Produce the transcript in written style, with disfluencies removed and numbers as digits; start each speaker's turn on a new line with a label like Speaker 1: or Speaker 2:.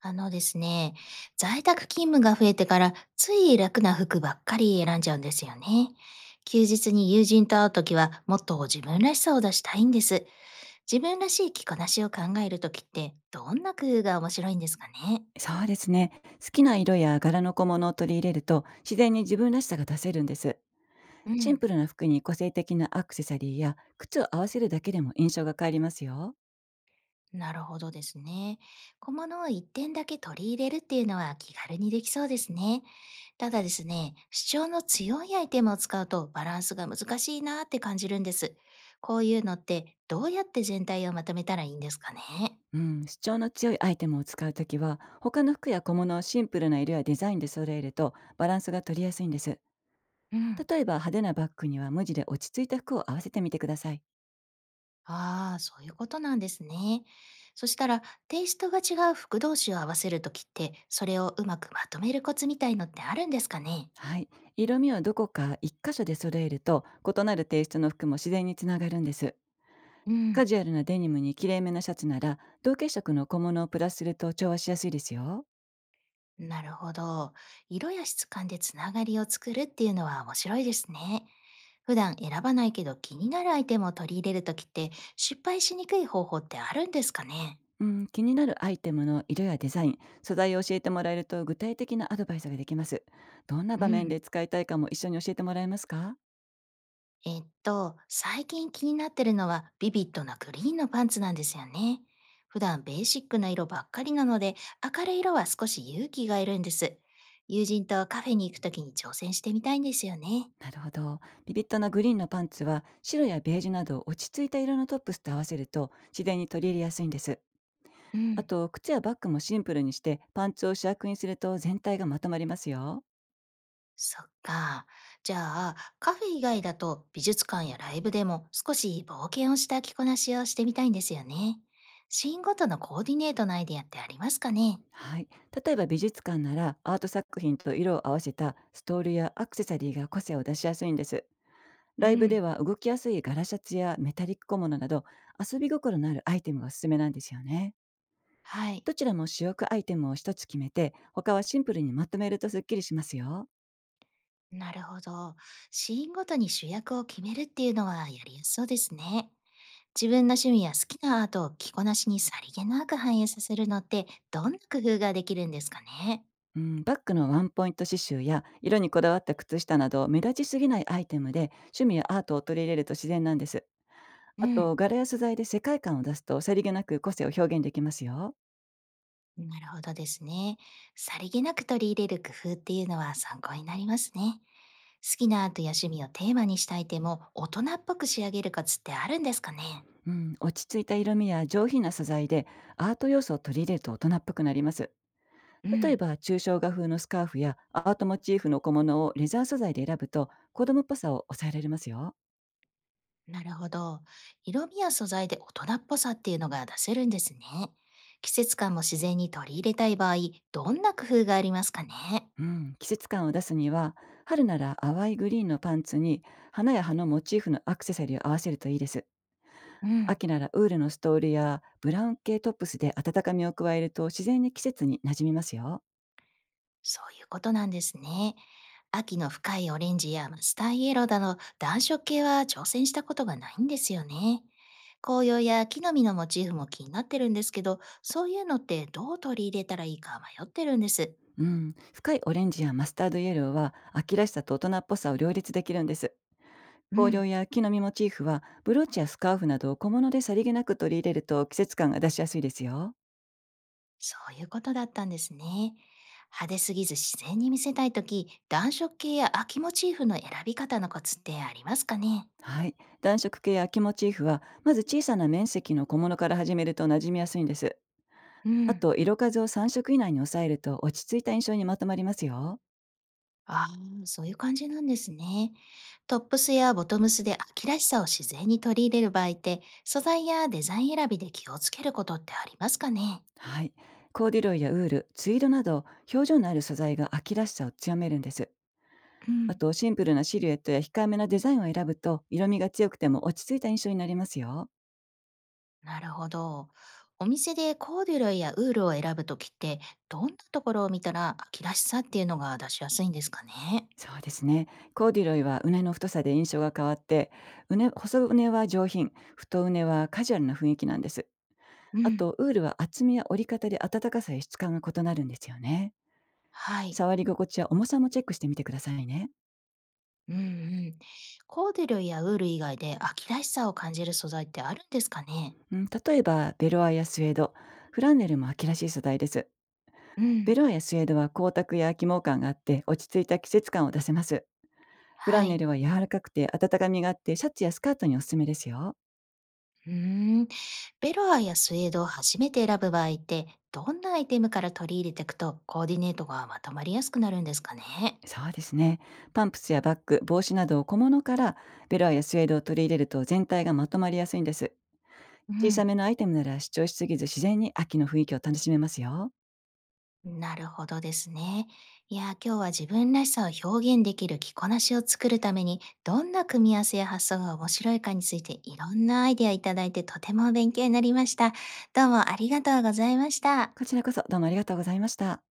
Speaker 1: あのですね、在宅勤務が増えてからつい楽な服ばっかり選んじゃうんですよね。休日に友人と会うときはもっと自分らしさを出したいんです。自分らしい着こなしを考えるときってどんな工夫が面白いんですかね？
Speaker 2: そうですね。好きな色や柄の小物を取り入れると、自然に自分らしさが出せるんです。
Speaker 1: う
Speaker 2: シン
Speaker 1: ん。
Speaker 2: プルな服に個性的なアクセサリーや靴を合わせるだけでも印象が変わりますよ。
Speaker 1: なるほどですね。小物を一点だけ取り入れるっていうのは気軽にできそうですね。ただですね、主張の強いアイテムを使うとバランスが難しいなって感じるんです。こういうのってどうやって全体をまとめたらいいんですかね。
Speaker 2: うん、主張の強いアイテムを使うときは、他の服や小物をシンプルな色やデザインで揃えるとバランスが取りやすいんです。
Speaker 1: うん。
Speaker 2: 例えば派手なバッグには無地で落ち着いた服を合わせてみてください。
Speaker 1: ああ、そういうことなんですね。そしたら、テイストが違う服同士を合わせるときって、それをうまくまとめるコツみたいのってあるんですかね。
Speaker 2: はい。色味をどこか一箇所で揃えると、異なるテイストの服も自然につながるんです。
Speaker 1: う
Speaker 2: カ
Speaker 1: ん。
Speaker 2: ジュアルなデニムにきれいめなシャツなら同系色の小物をプラスすると調和しやすいですよ。
Speaker 1: なるほど。色や質感でつながりを作るっていうのは面白いですね。普段選ばないけど気になるアイテムを取り入れるときって失敗しにくい方法ってあるんですかね？
Speaker 2: うん、気になるアイテムの色やデザイン、素材を教えてもらえると具体的なアドバイスができます。どんな
Speaker 1: う
Speaker 2: 場面
Speaker 1: ん。
Speaker 2: で使いたいかも一緒に教えてもらえますか？
Speaker 1: 最近気になってるのはビビッドなグリーンのパンツなんですよね。普段ベーシックな色ばっかりなので明るい色は少し勇気がいるんです。友人とカフェに行くときに挑戦してみたいんですよね。
Speaker 2: なるほど。ビビッドなグリーンのパンツは白やベージュなど落ち着いた色のトップスと合わせると自然に取り入れやすいんです。
Speaker 1: う
Speaker 2: あ
Speaker 1: ん。
Speaker 2: と、靴やバッグもシンプルにして、パンツを主役にすると全体がまとまりますよ。
Speaker 1: そっか。じゃあ、カフェ以外だと美術館やライブでも少し冒険をした着こなしをしてみたいんですよね。シーンごとのコーディネートのアイディアってありますかね？
Speaker 2: はい。例えば美術館なら、アート作品と色を合わせたストールやアクセサリーが個性を出しやすいんです。
Speaker 1: う
Speaker 2: ライブで
Speaker 1: ん、
Speaker 2: は、動きやすいガラシャツやメタリック小物など、遊び心のあるアイテムがおすすめなんですよね。
Speaker 1: はい。
Speaker 2: どちらも主力アイテムを一つ決めて、他はシンプルにまとめるとすっきりしますよ。
Speaker 1: なるほど。シーンごとに主役を決めるっていうのはやりやすそうですね。自分の趣味や好きなアートを着こなしにさりげなく反映させるのってどんな工夫ができるんですかね？
Speaker 2: うん、バッグのワンポイント刺繍や色にこだわった靴下など、目立ちすぎないアイテムで趣味やアートを取り入れると自然なんです。
Speaker 1: う
Speaker 2: あと、
Speaker 1: ん。
Speaker 2: 柄や素材で世界観を出すと、さりげなく個性を表現できますよ。
Speaker 1: なるほどですね。さりげなく取り入れる工夫っていうのは参考になりますね。好きなアートや趣味をテーマにしたいても大人っぽく仕上げるコツってあるんですかね？
Speaker 2: うん、落ち着いた色味や上品な素材でアート要素を取り入れると大人っぽくなります。
Speaker 1: う
Speaker 2: 例え
Speaker 1: ん、
Speaker 2: ば抽象画風のスカーフやアートモチーフの小物をレザー素材で選ぶと、子供っぽさを抑えられますよ。
Speaker 1: なるほど。色味や素材で大人っぽさっていうのが出せるんですね。季節感も自然に取り入れたい場合、どんな工夫がありますかね？
Speaker 2: うん、季節感を出すには、春なら淡いグリーンのパンツに花や葉のモチーフのアクセサリーを合わせるといいです。
Speaker 1: うん。
Speaker 2: 秋ならウールのストールやブラウン系トップスで温かみを加えると、自然に季節に馴染みますよ。
Speaker 1: そういうことなんですね。秋の深いオレンジやマスターイエローなの暖色系は挑戦したことがないんですよね。紅葉や木の実のモチーフも気になってるんですけど、そういうのってどう取り入れたらいいか迷ってるんです。
Speaker 2: うん、深いオレンジやマスタードイエローは秋らしさと大人っぽさを両立できるんです。
Speaker 1: う
Speaker 2: 香料
Speaker 1: ん、
Speaker 2: や木の実モチーフは、ブローチやスカーフなどを小物でさりげなく取り入れると季節感が出しやすいですよ。
Speaker 1: そういうことだったんですね。派手すぎず自然に見せたいとき、暖色系や秋モチーフの選び方のコツってありますかね？
Speaker 2: はい。暖色系や木モチーフは、まず小さな面積の小物から始めると馴染みやすいんです。
Speaker 1: う
Speaker 2: あ
Speaker 1: ん。
Speaker 2: と、色数を3色以内に抑えると、落ち着いた印象にまとまりますよ。
Speaker 1: ああ、そういう感じなんですね。トップスやボトムスで秋らしさを自然に取り入れる場合って、素材やデザイン選びで気をつけることってありますかね？
Speaker 2: はい。コーデュロイやウール、ツイードなど、表情のある素材が秋らしさを強めるんです。
Speaker 1: う
Speaker 2: あ
Speaker 1: ん、
Speaker 2: と、シンプルなシルエットや控えめなデザインを選ぶと、色味が強くても落ち着いた印象になりますよ。
Speaker 1: なるほど。お店でコーデュロイやウールを選ぶときって、どんなところを見たら秋らしさっていうのが出しやすいんですかね？
Speaker 2: そうですね。コーデュロイは畝の太さで印象が変わって、畝細畝は上品、太畝はカジュアルな雰囲気なんです。
Speaker 1: う
Speaker 2: あ
Speaker 1: ん、
Speaker 2: と、ウールは厚みや折り方で暖かさや質感が異なるんですよね。
Speaker 1: はい。
Speaker 2: 触り心地や重さもチェックしてみてくださいね。
Speaker 1: うんうん。コーデュロイやウール以外で秋らしさを感じる素材ってあるんですかね？
Speaker 2: うん、例えば、ベロアやスウェード、フランネルも秋らしい素材です。
Speaker 1: う
Speaker 2: ベ
Speaker 1: ん。
Speaker 2: ロアやスウェードは光沢や起毛感があって、落ち着いた季節感を出せます。フラ
Speaker 1: は
Speaker 2: ンネ
Speaker 1: い。
Speaker 2: ルは柔らかくて温かみがあって、シャツやスカートにおすすめですよ。
Speaker 1: うーん。ベロアやスウェードを初めて選ぶ場合って、どんなアイテムから取り入れていくとコーディネートがまとまりやすくなるんですかね？
Speaker 2: そうですね。パンプスやバッグ、帽子などを小物から、ベロアやスウェードを取り入れると全体がまとまりやすいんです。
Speaker 1: う
Speaker 2: 小さ
Speaker 1: ん。
Speaker 2: めのアイテムなら主張しすぎず、自然に秋の雰囲気を楽しめますよ。
Speaker 1: なるほどですね。いや、今日は自分らしさを表現できる着こなしを作るために、どんな組み合わせや発想が面白いかについていろんなアイデアいただいてとても勉強になりました。どうもありがとうございました。
Speaker 2: こちらこそどうもありがとうございました。